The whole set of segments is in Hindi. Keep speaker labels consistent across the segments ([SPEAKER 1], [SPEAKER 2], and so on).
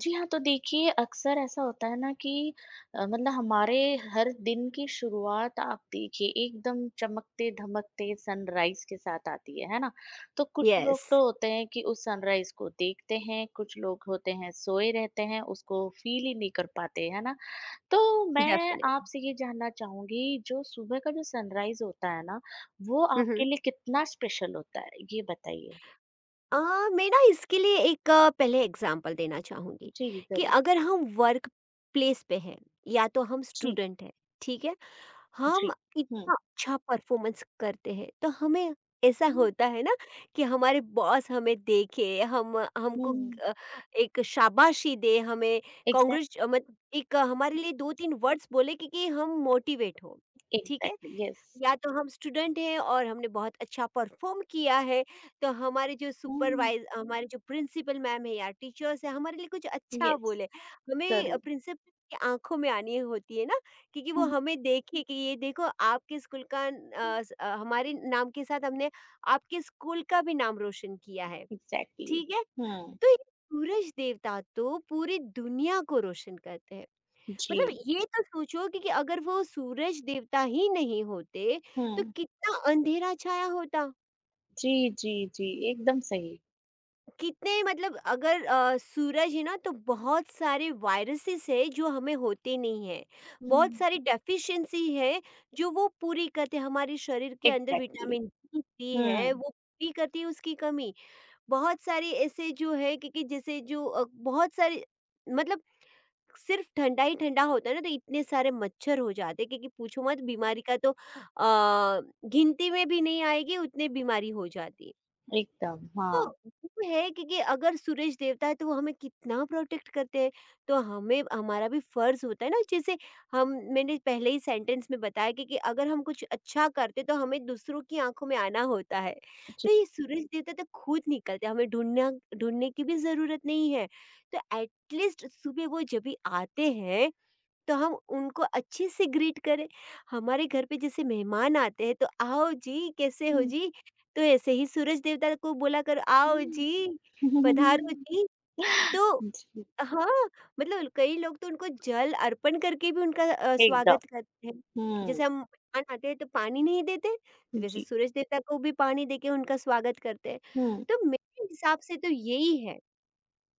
[SPEAKER 1] जी हाँ, तो देखिए अक्सर ऐसा होता है ना कि मतलब हमारे हर दिन की शुरुआत आप देखिए एकदम चमकते-धमकते सनराइज़ के साथ आती है ना? तो कुछ
[SPEAKER 2] यस,
[SPEAKER 1] लोग तो होते हैं कि उस सनराइज़ को देखते हैं, कुछ लोग होते हैं सोए रहते हैं, उसको फ़ील ही नहीं कर पाते, है ना? तो मैं
[SPEAKER 2] डेफिनि
[SPEAKER 1] आपसे ये जानना चाहूँगी जो सुबह का जो सनराइज़ होता है ना, वो
[SPEAKER 2] हुँ,
[SPEAKER 1] आपके
[SPEAKER 2] हुँ।
[SPEAKER 1] लिए कितना स्पेशल होता है? ये बताइए।
[SPEAKER 2] अ, मैं ना इसके लिए एक पहले एग्ज़ाम्पल देना चाहूँगी
[SPEAKER 1] जी,
[SPEAKER 2] कि
[SPEAKER 1] ज़रूर।
[SPEAKER 2] अगर हम वर्क प्लेस पे हैं या तो हम
[SPEAKER 1] जी,
[SPEAKER 2] स्टूडेंट हैं, ठीक है? हम
[SPEAKER 1] जी। हुँ।
[SPEAKER 2] इतना अच्छा परफ़ॉर्मेंस करते हैं, तो हमें ऐसा
[SPEAKER 1] हुँ,
[SPEAKER 2] होता है ना कि हमारे बॉस हमें देखे, हम हमको ग-
[SPEAKER 1] हुँ।
[SPEAKER 2] अ, एक शाबाशी दे, हमें
[SPEAKER 1] एग्ज़ैक्टली।
[SPEAKER 2] कांग्रेच मत एक हमारे लिए 2-3 वर्ड्स बोले कि हम मोटिवेट हों, ठीक है?
[SPEAKER 1] Exactly yes.
[SPEAKER 2] या तो हम स्टूडेंट हैं और हमने बहुत अच्छा परफॉर्म किया है तो
[SPEAKER 1] हुँ।
[SPEAKER 2] हमारे जो प्रिंसिपल मैम है या टीचर्स है हमारे लिए कुछ अच्छा
[SPEAKER 1] यस,
[SPEAKER 2] बोले। हमें
[SPEAKER 1] ज़रूर।
[SPEAKER 2] प्रिंसिपल की आंखों में आनी होती है ना क्योंकि वो
[SPEAKER 1] हुँ,
[SPEAKER 2] हमें देखे कि ये देखो आपके स्कूल का
[SPEAKER 1] हुँ।
[SPEAKER 2] हमारे नाम के साथ हमने आपके स्कूल का भी नाम रोशन किया है।
[SPEAKER 1] एग्जैक्टली।
[SPEAKER 2] ठीक है।
[SPEAKER 1] हुँ,
[SPEAKER 2] तो ये सूरज देवता तो पूरी दुनिया को रोशन करते हैं। मतलब
[SPEAKER 1] जी,
[SPEAKER 2] ये तो सोचो कि अगर वो सूरज देवता ही नहीं होते तो
[SPEAKER 1] हुँ।
[SPEAKER 2] कितना अंधेरा छाया होता।
[SPEAKER 1] जी, जी, जी, एकदम सही।
[SPEAKER 2] कितने मतलब अगर सूरज है ना तो बहुत सारे वायरसेस है जो हमें होते नहीं है।
[SPEAKER 1] हुँ।
[SPEAKER 2] बहुत सारी डेफिशिएंसी है जो वो पूरी करते हमारे शरीर के अंदर
[SPEAKER 1] एग्जैक्टली।
[SPEAKER 2] विटामिन डी सी है
[SPEAKER 1] हुँ,
[SPEAKER 2] वो पूरी करती है उसकी कमी। बहुत सारे ऐसे जो है क्योंकि जैसे जो बहुत सारे मतलब सिर्फ ठंडा ही ठंडा होता है ना तो इतने सारे मच्छर हो जाते क्योंकि पूछो मत बीमारी का तो गिनती में भी नहीं आएगी उतने बीमारी हो जाती है।
[SPEAKER 1] एकदम
[SPEAKER 2] तो
[SPEAKER 1] हाँ,
[SPEAKER 2] वो है क्योंकि अगर सूरज देवता है तो वो हमें कितना प्रोटेक्ट करते हैं। तो हमें हमारा भी फर्ज होता है ना जैसे हम मैंने पहले ही सेंटेंस में बताया कि अगर हम कुछ अच्छा करते तो हमें दूसरों की आंखों में आना होता है।
[SPEAKER 1] जी।
[SPEAKER 2] तो ये सूरज देवता तो खुद निकलते हैं, हमें ढूंढना ढूंढने की भी जरूरत नहीं है। तो एटलीस्ट सुबह वो जब भी आते हैं तो हम उनको अच्छे से ग्रीट करें। हमारे घर पे जैसे मेहमान आते हैं तो आओ जी, कैसे हो
[SPEAKER 1] हुँ,
[SPEAKER 2] जी? तो ऐसे ही सूरज देवता को बोला करो आओ जी,
[SPEAKER 1] हुँ।
[SPEAKER 2] पधारो जी। तो
[SPEAKER 1] जी,
[SPEAKER 2] हाँ, मतलब कई लोग तो उनको जल अर्पण करके भी उनका
[SPEAKER 1] एकदम।
[SPEAKER 2] स्वागत करते हैं।
[SPEAKER 1] हुँ,
[SPEAKER 2] जैसे हम मेहमान आते हैं तो पानी नहीं देते, तो वैसे
[SPEAKER 1] जी,
[SPEAKER 2] सूरज देवता को भी पानी देके उनका स्वागत करते हैं।
[SPEAKER 1] हुँ,
[SPEAKER 2] तो मेरे हिसाब से तो यही है।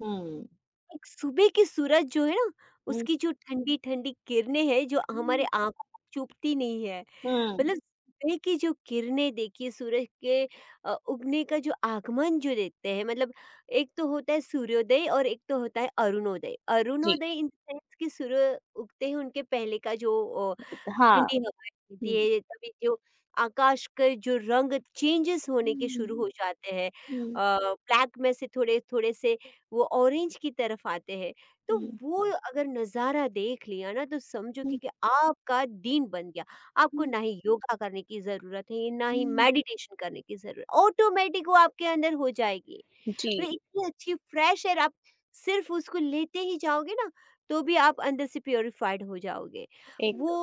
[SPEAKER 1] हुँ,
[SPEAKER 2] एक सुबह की सूरज जो है ना,
[SPEAKER 1] हुँ,
[SPEAKER 2] उसकी जो ठंडी-ठंडी किरणें हैं, जो हमारे
[SPEAKER 1] हुँ।
[SPEAKER 2] आँखों को चुभती नहीं है।
[SPEAKER 1] हुँ,
[SPEAKER 2] मतलब सुबह की जो किरणें देखिए सूरज के उगने का जो आगमन जो देखते हैं, मतलब एक तो होता है सूर्योदय और एक तो होता है अरुणोदय।
[SPEAKER 1] जी,
[SPEAKER 2] अरुणोदय इन द सेंस कि सूर्य उगते ही उनके पहले का जो
[SPEAKER 1] हाँ,
[SPEAKER 2] ठंडी हवाएँ चलती
[SPEAKER 1] हुँ।
[SPEAKER 2] है, तभी जो आकाश के जो रंग चेंजेस होने के
[SPEAKER 1] हुँ,
[SPEAKER 2] शुरू हो जाते हैं।
[SPEAKER 1] हुँ,
[SPEAKER 2] ब्लैक में से थोड़े-थोड़े से वो ऑरेंज की तरफ आते हैं, तो
[SPEAKER 1] हुँ।
[SPEAKER 2] वो अगर नज़ारा देख लिया ना तो समझो कि
[SPEAKER 1] हुँ,
[SPEAKER 2] कि आपका दिन बन गया। आपको
[SPEAKER 1] हुँ,
[SPEAKER 2] ना ही योगा करने की ज़रूरत है, ना ही
[SPEAKER 1] हुँ।
[SPEAKER 2] मेडिटेशन करने की ज़रूरत ऑटोमेटिक वो आपके अंदर हो जाएगी।
[SPEAKER 1] जी,
[SPEAKER 2] मतलब इतनी अच्छी फ्रेश एयर आप सिर्फ उसको लेते ही जाओगे ना तो भी आप अंदर से प्योरीफाइड हो जाओगे। वो
[SPEAKER 1] एकदम।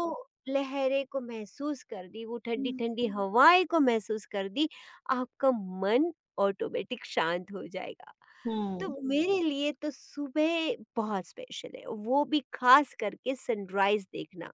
[SPEAKER 2] लहरें को महसूस कर दी वो ठंडी
[SPEAKER 1] हुँ।
[SPEAKER 2] ठंडी हवाएं को महसूस कर दी आपका मन ऑटोमेटिक शांत हो जाएगा। तो
[SPEAKER 1] हुँ।
[SPEAKER 2] मेरे लिए तो सुबह बहुत स्पेशल है वो भी खास करके सनराइज देखना।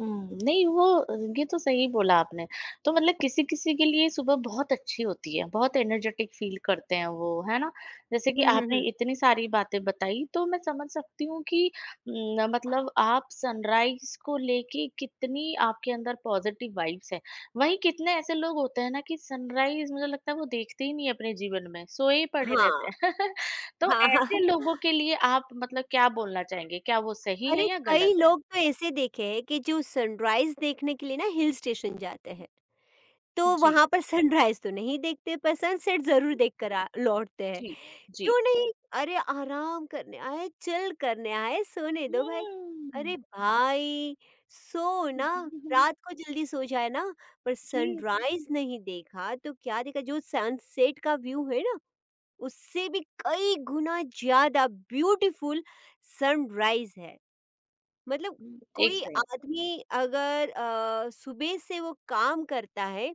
[SPEAKER 1] हुँ, नहीं वो ये तो सही बोला आपने। तो मतलब किसी-किसी के लिए सुबह बहुत अच्छी होती है, बहुत एनर्जेटिक फ़ील करते हैं वो, है ना? जैसे कि
[SPEAKER 2] हम्म हम्म
[SPEAKER 1] आपने
[SPEAKER 2] हम्म।
[SPEAKER 1] इतनी सारी बातें बताई तो मैं समझ सकती हूँ कि न मतलब आप सनराइज़ को लेके कितनी आपके अंदर पॉज़िटिव वाइब्स है। वहीं कितने ऐसे लोग होते हैं ना कि सनराइज़ मुझे लगता है वो देखते ही नहीं है अपने जीवन में, सोए ही पड़े रहते
[SPEAKER 2] हाँ
[SPEAKER 1] हैं। तो
[SPEAKER 2] हाँ हाँ
[SPEAKER 1] ऐसे लोगों के लिए आप मतलब क्या बोलना चाहेंगे? क्या वो सही
[SPEAKER 2] अरे
[SPEAKER 1] है या
[SPEAKER 2] कई
[SPEAKER 1] गलत है?
[SPEAKER 2] लोग तो ऐसे देखे हैं कि जो सनराइज देखने के लिए ना हिल स्टेशन जाते हैं तो
[SPEAKER 1] जी।
[SPEAKER 2] वहाँ पर सनराइज़ तो नहीं देखते पर सनसेट ज़रूर देख कर आ लौटते हैं।
[SPEAKER 1] जी, जी।
[SPEAKER 2] क्यों नहीं? अरे आराम करने आए हैं, चिल करने आए हैं, सोने दो भाई।
[SPEAKER 1] हुँ।
[SPEAKER 2] अरे भाई! सो ना, रात को जल्दी सो जाए ना, पर
[SPEAKER 1] जी।
[SPEAKER 2] सनराइज़ नहीं देखा तो क्या देखा जो सनसेट का व्यू है ना, उससे भी कई गुना ज़्यादा ब्यूटीफुल सनराइज़ है। मतलब
[SPEAKER 1] हुँ, 1
[SPEAKER 2] कोई हुँ।
[SPEAKER 1] सेकंड।
[SPEAKER 2] आदमी अगर सुबह से वो काम करता है,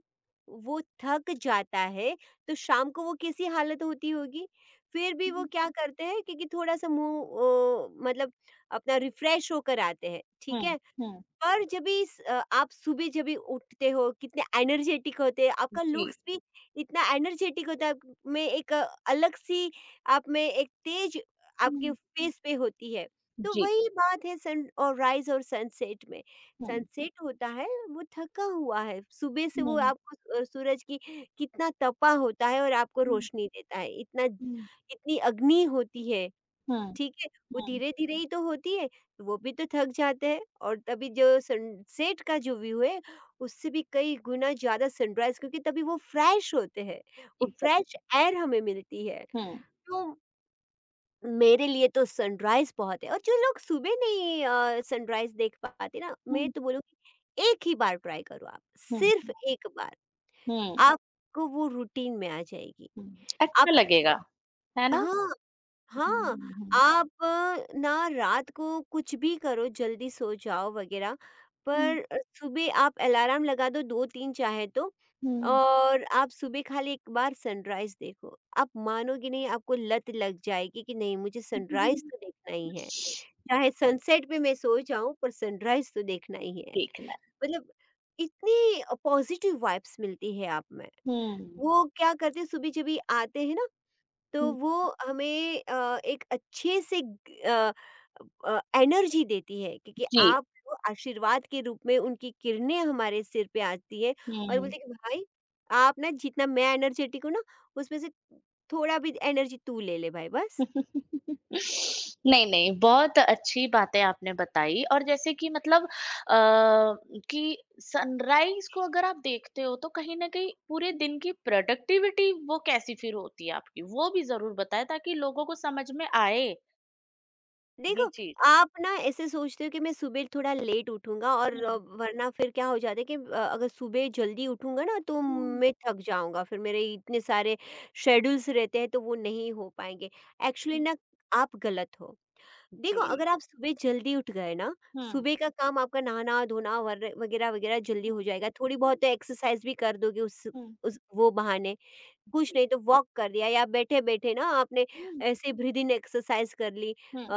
[SPEAKER 2] वो थक जाता है, तो शाम को वो कैसी हालत होती होगी? फिर भी वो
[SPEAKER 1] हुँ,
[SPEAKER 2] क्या करते हैं क्योंकि थोड़ा-सा मुँह ओ मतलब अपना रिफ्रेश होकर आते हैं, ठीक
[SPEAKER 1] हाँ,
[SPEAKER 2] है?
[SPEAKER 1] हाँ।
[SPEAKER 2] और जब भी आप सुबह जब भी उठते हो, कितने एनर्जेटिक होते हैं, आपका
[SPEAKER 1] जी।
[SPEAKER 2] लुक्स भी इतना एनर्जेटिक होता है, में एक अलग-सी आप में एक तेज आपके
[SPEAKER 1] हुँ,
[SPEAKER 2] फेस पे होती है। तो
[SPEAKER 1] जी।
[SPEAKER 2] वही बात है सन और राइज़ और सनसेट में।
[SPEAKER 1] हुँ,
[SPEAKER 2] सनसेट होता है, वो थका हुआ है, सुबह से वो
[SPEAKER 1] हुँ,
[SPEAKER 2] आपको सूरज की कितना तपा होता है और आपको
[SPEAKER 1] हुँ,
[SPEAKER 2] रोशनी देता है, इतना
[SPEAKER 1] हुँ,
[SPEAKER 2] इतनी अग्नि होती है।
[SPEAKER 1] हाँ,
[SPEAKER 2] ठीक है, वो
[SPEAKER 1] हाँ।
[SPEAKER 2] धीरे-धीरे ही तो होती है, वो भी तो थक जाते हैं और तभी जो सनसेट का जो व्यू है, उससे भी कई गुना ज़्यादा सनराइज़ क्योंकि तभी वो फ्रेश होते हैं, वो
[SPEAKER 1] एग्ज़ैक्ट।
[SPEAKER 2] फ्रेश एयर हमें मिलती है।
[SPEAKER 1] हाँ,
[SPEAKER 2] तो मेरे लिए तो सनराइज़ बहुत है और जो लोग सुबह नहीं सनराइज़ देख पाते ना, मैं
[SPEAKER 1] हुँ,
[SPEAKER 2] तो बोलूँगी एक ही बार ट्राई करो आप,
[SPEAKER 1] हुँ,
[SPEAKER 2] सिर्फ़ एक बार,
[SPEAKER 1] हुँ,
[SPEAKER 2] आपको वो रूटीन में आ जाएगी।
[SPEAKER 1] हुँ।
[SPEAKER 2] आप
[SPEAKER 1] अच्छा लगेगा, है ना?
[SPEAKER 2] हाँ। हाँ,
[SPEAKER 1] हुँ, हुँ,
[SPEAKER 2] आप ना रात को कुछ भी करो, जल्दी सो जाओ वगैरह,
[SPEAKER 1] हुँ,
[SPEAKER 2] पर सुबह आप अलार्म लगा दो 2-3 चाहे तो
[SPEAKER 1] हुँ।
[SPEAKER 2] और आप सुबह खाली एक बार सनराइज़ देखो। आप मानोगे नहीं, आपको लत लग जाएगी कि नहीं मुझे सनराइज़ तो देखना ही है। चाहे सनसेट पे मैं सो जाऊँ, पर सनराइज़ तो देखना ही है।
[SPEAKER 1] देखना है।
[SPEAKER 2] मतलब इतनी पॉज़िटिव वाइब्स मिलती है आप में।
[SPEAKER 1] हुँ,
[SPEAKER 2] वो क्या करते हैं सुबह जब भी आते हैं ना तो
[SPEAKER 1] हुँ,
[SPEAKER 2] वो हमें एक अच्छे से ग अ अ, एनर्जी देती है क्योंकि
[SPEAKER 1] जी।
[SPEAKER 2] आप वो आशीर्वाद के रूप में उनकी किरणें हमारे सिर पे आती है और
[SPEAKER 1] हुँ।
[SPEAKER 2] बोलते हैं कि भाई आप ना जितना मैं एनर्जेटिक हूँ ना उसमें से थोड़ा भी एनर्जी तू ले ले भाई बस।
[SPEAKER 1] नहीं, नहीं, बहुत अच्छी बातें आपने बताई और जैसे कि मतलब कि सनराइज़ को अगर आप देखते हो तो कहीं न कहीं पूरे दिन की प्रोडक्टिविटी वो कैसी फिर होती है आपकी? वो भी ज़रूर बताएँ ताकि लोगों को समझ में आए
[SPEAKER 2] देखो,
[SPEAKER 1] ये चीज़।
[SPEAKER 2] आप ना ऐसे सोचते हो कि मैं सुबह थोड़ा लेट उठूँगा और
[SPEAKER 1] हुँ,
[SPEAKER 2] वरना फिर क्या हो जाता है कि अगर सुबह जल्दी उठूँगा ना तो
[SPEAKER 1] हुँ,
[SPEAKER 2] मैं थक जाऊँगा, फिर मेरे इतने सारे शेड्यूल्स रहते हैं तो वो नहीं हो पाएँगे। Actually
[SPEAKER 1] um.
[SPEAKER 2] ना आप गलत हो।
[SPEAKER 1] जी।
[SPEAKER 2] देखो, अगर आप सुबह जल्दी उठ गए ना,
[SPEAKER 1] हुँ,
[SPEAKER 2] सुबह का काम आपका नहाना-धोना वर वगैरह-वगैरह जल्दी हो जाएगा, थोड़ी बहुत तो एक्सरसाइज़ भी कर दोगे
[SPEAKER 1] हुँ,
[SPEAKER 2] उस वो बहाने। कुछ
[SPEAKER 1] जी।
[SPEAKER 2] नहीं तो वॉक कर लिया या बैठे-बैठे ना आपने
[SPEAKER 1] हुँ,
[SPEAKER 2] ऐसे ब्रीदिंग एक्सरसाइज कर ली।
[SPEAKER 1] Um, um,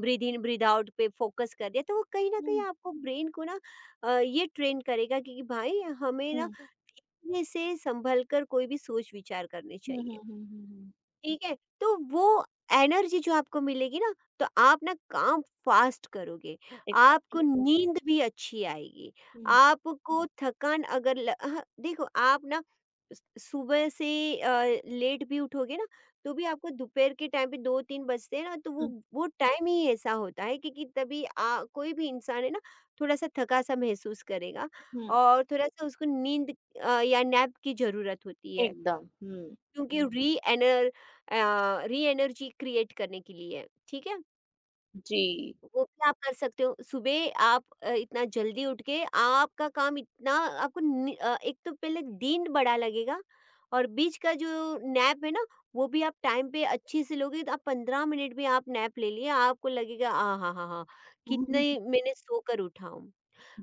[SPEAKER 2] breathe in breathe out पे फोकस कर दिया, तो वो कहीं न कहीं
[SPEAKER 1] हुँ।
[SPEAKER 2] आपको ब्रेन को ना ये ट्रेन करेगा कि भाई हमें ना धीरे से संभल कर कोई भी सोच विचार करने
[SPEAKER 1] हुँ, हुँ,
[SPEAKER 2] चाहिए।
[SPEAKER 1] हुँ, हुँ, हुँ।
[SPEAKER 2] ठीक है? तो वो एनर्जी जो आपको मिलेगी ना, तो आप ना काम फ़ास्ट करोगे, आपको
[SPEAKER 1] एग्ज़ैक्टली।
[SPEAKER 2] नींद भी अच्छी आएगी,
[SPEAKER 1] हुँ,
[SPEAKER 2] आपको थकान अगर ल ह देखो आप ना स सुबह से अ, लेट भी उठोगे ना, तो भी आपको दोपहर के टाइम पे 2-3 बजते हैं ना, तो वो
[SPEAKER 1] हुँ,
[SPEAKER 2] वो टाइम ही ऐसा होता है क्योंकि तभी कोई भी इंसान है ना, थोड़ा-सा थका-सा महसूस करेगा
[SPEAKER 1] हुँ।
[SPEAKER 2] और थोड़ा-सा उसको नींद या नैप की ज़रूरत होती है।
[SPEAKER 1] एकदम, हुँ।
[SPEAKER 2] क्योंकि री एनर्जी क्रिएट करने के लिए है, ठीक है?
[SPEAKER 1] जी।
[SPEAKER 2] वो भी आप कर सकते हो। सुबह आप इतना जल्दी उठ के आपका काम इतना आपको नि अ, एक तो पहले दिन बड़ा लगेगा और बीच का जो नैप है ना, वो भी आप टाइम पे अच्छे से लोगे तो आप 15 मिनट भी आप नैप ले लिए, आपको लगेगा आहाहाहा! कितने
[SPEAKER 1] हम्म,
[SPEAKER 2] मैंने सोकर उठा हूँ।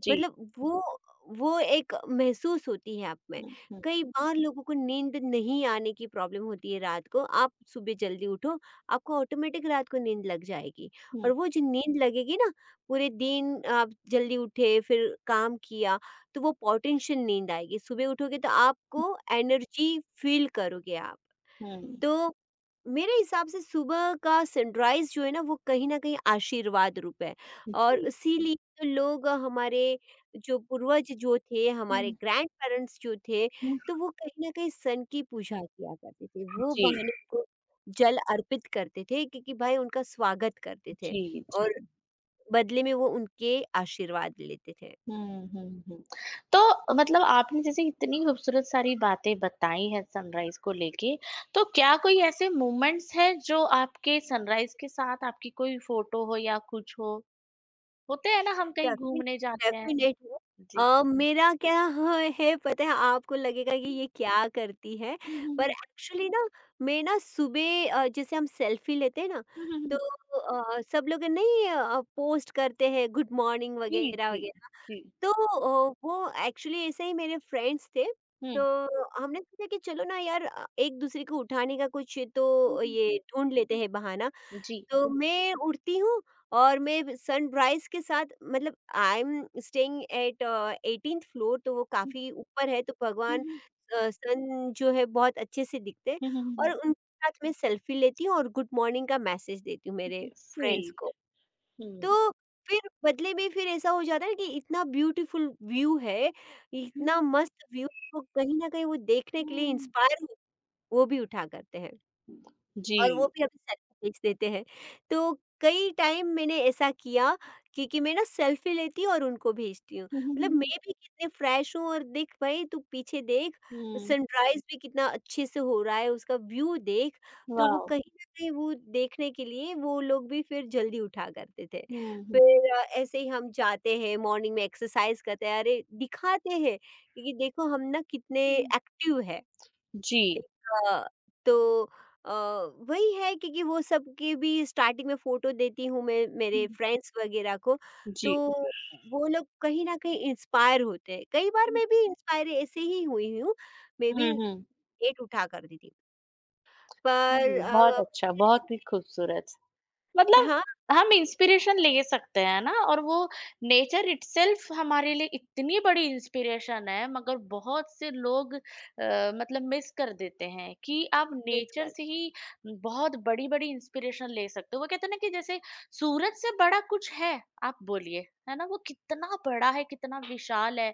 [SPEAKER 1] जी।
[SPEAKER 2] मतलब वो एक महसूस होती है आप में।
[SPEAKER 1] हुँ, हुँ,
[SPEAKER 2] कई बार लोगों को नींद नहीं आने की प्रॉब्लम होती है रात को, आप सुबह जल्दी उठो, आपको ऑटोमेटिक रात को नींद लग जाएगी
[SPEAKER 1] हुँ,
[SPEAKER 2] और वो जो नींद लगेगी ना, पूरे दिन आप जल्दी उठे, फिर काम किया, तो वो पोटेंशियल नींद आएगी। सुबह उठोगे तो
[SPEAKER 1] हुँ,
[SPEAKER 2] आपको एनर्जी फ़ील करोगे आप।
[SPEAKER 1] हुँ।
[SPEAKER 2] तो मेरे हिसाब से सुबह का सनराइज़ जो है ना, वो कहीं न कहीं आशीर्वाद रूप है और
[SPEAKER 1] जी।
[SPEAKER 2] इसीलिए तो लोग हमारे जो पूर्वज जो थे, हमारे
[SPEAKER 1] हुँ,
[SPEAKER 2] ग्रैंडपेरेंट्स जो थे,
[SPEAKER 1] हुँ।
[SPEAKER 2] तो वो कहीं न कहीं सन की पूजा किया करते थे। वो
[SPEAKER 1] जी,
[SPEAKER 2] बहाने को जल अर्पित करते थे क्योंकि भाई उनका स्वागत करते थे
[SPEAKER 1] जी, जी।
[SPEAKER 2] और बदले में वो उनके आशीर्वाद लेते थे।
[SPEAKER 1] हुँ, हुँ, हुँ। तो मतलब आपने जैसे इतनी खूबसूरत सारी बातें बताई हैं सनराइज़ को लेके, तो क्या कोई ऐसे मोमेंट्स हैं जो आपके सनराइज़ के साथ आपकी कोई फ़ोटो हो या कुछ हो? होते हैं ना हम कहीं
[SPEAKER 2] डेफ़िन
[SPEAKER 1] घूमने जाते हैं।
[SPEAKER 2] डेफ़िनेटली।
[SPEAKER 1] जी।
[SPEAKER 2] मेरा क्या ह है पता है आपको लगेगा कि
[SPEAKER 1] हुँ,
[SPEAKER 2] ये क्या करती है,
[SPEAKER 1] हुँ,
[SPEAKER 2] पर
[SPEAKER 1] हुँ,
[SPEAKER 2] एक्चुअली ना मैं ना सुबह जैसे हम सेल्फ़ी लेते हैं ना,
[SPEAKER 1] हुँ, हुँ,
[SPEAKER 2] तो
[SPEAKER 1] हुँ।
[SPEAKER 2] सब लोग नहीं पोस्ट करते हैं गुड मॉर्निंग
[SPEAKER 1] जी,
[SPEAKER 2] वगैरह,
[SPEAKER 1] जी,
[SPEAKER 2] वगैरह।
[SPEAKER 1] जी।
[SPEAKER 2] तो वो एक्चुअली ऐसे ही मेरे फ्रेंड्स थे,
[SPEAKER 1] हुँ,
[SPEAKER 2] तो हमने सोचा कि चलो ना यार एक-दूसरे को उठाने का कुछ
[SPEAKER 1] हुँ,
[SPEAKER 2] तो
[SPEAKER 1] हुँ।
[SPEAKER 2] ये ढूँढ लेते हैं बहाना।
[SPEAKER 1] जी।
[SPEAKER 2] तो मैं उठती हूँ और मैं सनराइज़ के साथ मतलब I am staying at 18th floor तो वो
[SPEAKER 1] हुँ,
[SPEAKER 2] काफ़ी ऊपर है तो
[SPEAKER 1] हुँ,
[SPEAKER 2] भगवान
[SPEAKER 1] हुँ,
[SPEAKER 2] सन जो है बहुत अच्छे से दिखते हैं
[SPEAKER 1] हुँ, हुँ, हुँ,
[SPEAKER 2] और उनके साथ मैं सेल्फ़ी लेती हूँ और गुड मॉर्निंग का मैसेज देती हूँ
[SPEAKER 1] हुँ,
[SPEAKER 2] मेरे
[SPEAKER 1] हुँ।
[SPEAKER 2] फ्रेंड्स को।
[SPEAKER 1] स्वीट, हुँ।
[SPEAKER 2] तो फिर बदले में फिर ऐसा हो जाता है कि इतना ब्यूटीफुल व्यू है, इतना
[SPEAKER 1] हुँ।
[SPEAKER 2] मस्त व्यू तो कहीं न कहीं वो देखने के लिए
[SPEAKER 1] हुँ,
[SPEAKER 2] इंस्पायर वो भी उठा करते हैं। और वो
[SPEAKER 1] जी।
[SPEAKER 2] भी अभी सेल्फी भेज देते हैं। तो कई टाइम मैंने ऐसा किया कि मैं ना सेल्फी लेती हूँ और उनको भेजती हूँ। मतलब मैं भी कितने फ्रेश हूँ और देख भाई तू पीछे देख
[SPEAKER 1] हुँ,
[SPEAKER 2] सनराइज़ भी कितना अच्छे से हो रहा है, उसका व्यू देख। तो वो
[SPEAKER 1] वाओ!
[SPEAKER 2] कहीं न कहीं वो देखने के लिए वो लोग भी फिर जल्दी उठा करते थे।
[SPEAKER 1] हुँ, हुँ।
[SPEAKER 2] फिर ऐसे ही हम जाते हैं मॉर्निंग में एक्सरसाइज़ करते हैं। अरे! दिखाते हैं क्योंकि देखो हम ना कितने एक्टिव हैं।
[SPEAKER 1] जी।
[SPEAKER 2] एक अ, तो अ, वही है क्योंकि वो सबके भी स्टार्टिंग में फ़ोटो देती हूँ मैं मेरे
[SPEAKER 1] हम्म,
[SPEAKER 2] फ्रेंड्स वगैरह को, तो
[SPEAKER 1] जी।
[SPEAKER 2] वो लोग कहीं न कहीं इंस्पायर होते हैं। कई बार मैं भी इंस्पायर ऐसे ही हुई हूँ, मैं
[SPEAKER 1] हुँ,
[SPEAKER 2] भी
[SPEAKER 1] हुँ।
[SPEAKER 2] वेट उठा करती थी। पर
[SPEAKER 1] नहीं, बहुत अच्छा,
[SPEAKER 2] फिर
[SPEAKER 1] बहुत
[SPEAKER 2] से
[SPEAKER 1] ही खूबसूरत। मतलब
[SPEAKER 2] हाँ,
[SPEAKER 1] हम इंस्पिरेशन ले सकते हैं ना और वो नेचर इटसेल्फ हमारे लिए इतनी बड़ी इंस्पिरेशन है मगर बहुत से लोग मतलब मिस कर देते हैं कि आप
[SPEAKER 2] मिस
[SPEAKER 1] नेचर
[SPEAKER 2] कर
[SPEAKER 1] से ही बहुत बड़ी बड़ी इंस्पिरेशन ले सकते हो। वो कहते हैं ना कि जैसे सूरज से बड़ा कुछ है, आप बोलिए है ना। वो कितना बड़ा है, कितना विशाल है,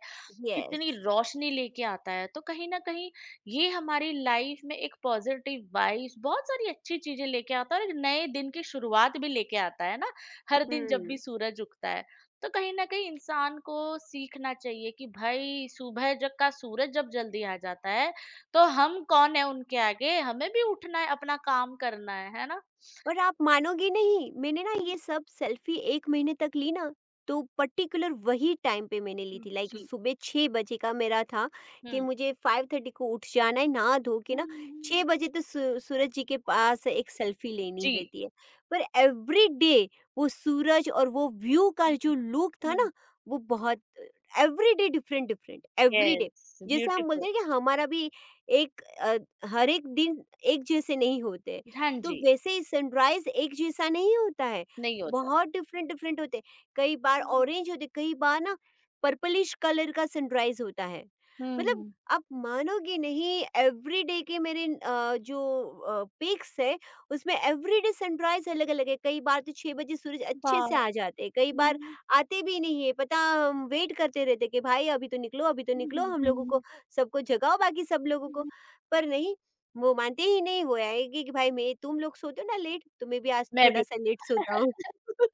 [SPEAKER 1] कितनी
[SPEAKER 2] येस।
[SPEAKER 1] रोशनी लेके आता है। तो कहीं ना कहीं ये हमारी लाइफ में एक पॉजिटिव वाइब्स, बहुत सारी अच्छी चीजें लेके आता है और एक नए दिन की शुरुआत भी लेके आता है ना। हर दिन जब
[SPEAKER 2] हुँ।
[SPEAKER 1] भी सूरज उगता है, तो कहीं ना कहीं इंसान को सीखना चाहिए कि भाई सुबह जब का सूरज जब जल्दी आ जाता है, तो हम कौन है उनके आगे? हमें भी उठना है, अपना काम करना है ना।
[SPEAKER 2] पर आप मानोगे नहीं मैंने ना ये
[SPEAKER 1] हम्म,
[SPEAKER 2] सब सेल्फी 1 महीने तक ली ना, तो पर्टिकुलर वही टाइम पे मैंने ली थी लाइक
[SPEAKER 1] जी।
[SPEAKER 2] सुबह 6 बजे का मेरा था कि
[SPEAKER 1] हम्म।
[SPEAKER 2] मुझे 5:30 को उठ जाना है, नहा-धो के ना 6
[SPEAKER 1] हम्म,
[SPEAKER 2] बजे तो सू सूरज जी के पास एक सेल्फी लेनी
[SPEAKER 1] जी।
[SPEAKER 2] रहती है। पर एवरीडे वो सूरज और वो व्यू का जो लुक था ना, वो बहुत everyday different different everyday.
[SPEAKER 1] Yes,
[SPEAKER 2] जैसे हम बोलते
[SPEAKER 1] ब्यूटीफुल।
[SPEAKER 2] हैं कि हमारा भी एक हर एक दिन एक जैसे नहीं होते।
[SPEAKER 1] हाँ
[SPEAKER 2] तो
[SPEAKER 1] जी।
[SPEAKER 2] वैसे ही सनराइज़ एक जैसा नहीं होता है,
[SPEAKER 1] नहीं होता।
[SPEAKER 2] बहुत डिफरेंट-डिफरेंट होते हैं। कई बार
[SPEAKER 1] हुँ।
[SPEAKER 2] ऑरेंज होते, कई बार ना पर्पलिश कलर का सनराइज़ होता है। मतलब
[SPEAKER 1] हुँ।
[SPEAKER 2] आप मानोगे नहीं एवरीडे के मेरे जो पिक्स है उसमें एवरीडे सनराइज़ अलग-अलग है। कई बार तो 6 बजे सूरज अच्छे
[SPEAKER 1] वाह!
[SPEAKER 2] से आ जाते हैं, कई
[SPEAKER 1] हुँ,
[SPEAKER 2] बार
[SPEAKER 1] हुँ,
[SPEAKER 2] आते भी नहीं है, पता हम
[SPEAKER 1] हुँ।
[SPEAKER 2] वेट करते रहते हैं कि भाई अभी तो निकलो,
[SPEAKER 1] हुँ,
[SPEAKER 2] हम लोगों को
[SPEAKER 1] हुँ।
[SPEAKER 2] सबको जगाओ बाकी सब लोगों को,
[SPEAKER 1] हुँ।
[SPEAKER 2] पर नहीं वो मानते ही नहीं वो आएगी कि भाई मैं तुम लोग सोते हो ना लेट तो मैं भी आज
[SPEAKER 1] मैं भी।
[SPEAKER 2] थोड़ा-सा लेट सोता हूँ।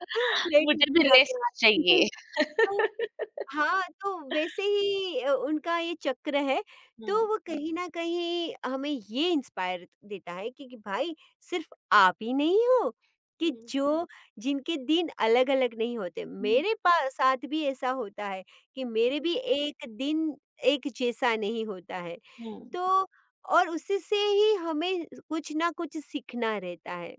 [SPEAKER 2] लेट
[SPEAKER 1] मुझे भी
[SPEAKER 2] उठूँगा
[SPEAKER 1] रेस्ट
[SPEAKER 2] मैं आज।
[SPEAKER 1] चाहिए।
[SPEAKER 2] तो हाँ, तो वैसे ही उनका ये चक्र है,
[SPEAKER 1] हुँ।
[SPEAKER 2] तो वो कहीं न कहीं हमें ये इंस्पायर देता है कि भाई सिर्फ़ आप ही नहीं हो कि
[SPEAKER 1] हुँ।
[SPEAKER 2] जो जिनके दिन अलग-अलग नहीं होते।
[SPEAKER 1] हुँ,
[SPEAKER 2] मेरे पा साथ भी ऐसा होता है कि मेरे
[SPEAKER 1] हुँ,
[SPEAKER 2] भी एक दिन एक जैसा नहीं होता है।
[SPEAKER 1] हुँ।
[SPEAKER 2] तो और उससे ही हमें कुछ ना कुछ सीखना रहता है।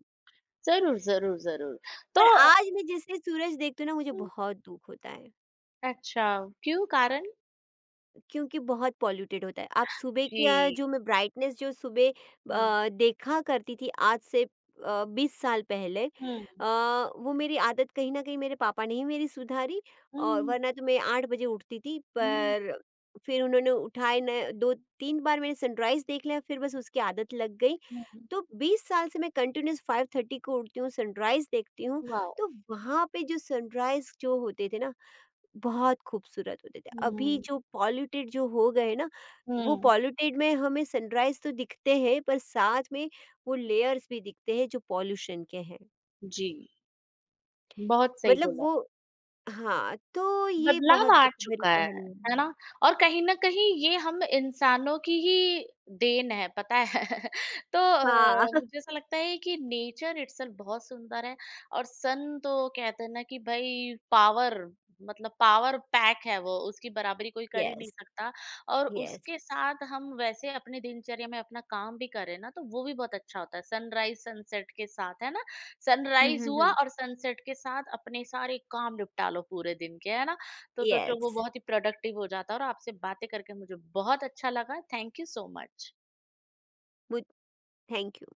[SPEAKER 1] ज़रूर, ज़रूर, ज़रूर। तो
[SPEAKER 2] पर
[SPEAKER 1] अ,
[SPEAKER 2] आज मैं जैसे सूरज देखती हूँ ना मुझे
[SPEAKER 1] हुँ।
[SPEAKER 2] बहुत दुःख होता है।
[SPEAKER 1] अच्छा, क्यों कारण?
[SPEAKER 2] क्योंकि बहुत पॉल्यूटेड होता है। आप सुबह क्या
[SPEAKER 1] जी।
[SPEAKER 2] जो मैं ब्राइटनेस जो सुबह
[SPEAKER 1] हुँ,
[SPEAKER 2] देखा करती थी आज से 20 साल पहले
[SPEAKER 1] हुँ,
[SPEAKER 2] वो मेरी आदत कहीं न कहीं मेरे पापा ने ही मेरी सुधारी
[SPEAKER 1] हुँ,
[SPEAKER 2] और वरना तो मैं 8 बजे उठती थी
[SPEAKER 1] हुँ,
[SPEAKER 2] पर फिर उन्होंने उठाए न 2-3 बार मैंने सनराइज़ देख लिया फिर बस उसकी आदत लग गई।
[SPEAKER 1] हुँ।
[SPEAKER 2] तो 20 साल से मैं कंटिन्यूअस 5:30 को उठती हूँ, सनराइज़ देखती हूँ,
[SPEAKER 1] वाओ!
[SPEAKER 2] तो वहाँ पे जो सनराइज़ जो होते थे ना बहुत खूबसूरत होते थे। अभी
[SPEAKER 1] हुँ,
[SPEAKER 2] जो पॉल्यूटेड जो हो गए ना, वो
[SPEAKER 1] हुँ।
[SPEAKER 2] पॉल्यूटेड में हमें सनराइज़ तो दिखते हैं, पर साथ में वो लेयर्स भी दिखते हैं जो पॉल्यूशन के हैं।
[SPEAKER 1] जी, बहुत सही
[SPEAKER 2] मतलब
[SPEAKER 1] बोला।
[SPEAKER 2] वो हाँ, तो ये
[SPEAKER 1] बदलाव
[SPEAKER 2] बहुत
[SPEAKER 1] आ
[SPEAKER 2] दुःख भरी
[SPEAKER 1] चुका
[SPEAKER 2] कहानी है।
[SPEAKER 1] है ना? और कहीं न कहीं ये हम इंसानों की ही देन है, पता है? तो
[SPEAKER 2] हाँ,
[SPEAKER 1] मुझे ऐसा लगता है कि नेचर इटसेल्फ बहुत सुंदर है। और सन तो कहते हैं ना कि भई पावर, मतलब पावर पैक है वो, उसकी बराबरी कोई कर ही नहीं
[SPEAKER 2] यस,
[SPEAKER 1] सकता। और
[SPEAKER 2] यस।
[SPEAKER 1] उसके साथ हम वैसे अपने दिनचर्या में अपना काम भी करें ना, तो वो भी बहुत अच्छा होता है। सनराइज़, सनसेट के साथ, है ना?
[SPEAKER 2] हुँ, हुँ,
[SPEAKER 1] सनराइज़ हुआ
[SPEAKER 2] हुँ।
[SPEAKER 1] और सनसेट के साथ अपने सारे काम निपटा लो पूरे दिन के, है ना? तो सोचो
[SPEAKER 2] यस,
[SPEAKER 1] वो बहुत ही प्रोडक्टिव हो जाता है और आपसे बातें करके मुझे बहुत अच्छा लगा। Thank you so much.
[SPEAKER 2] मुझ थैंक यू।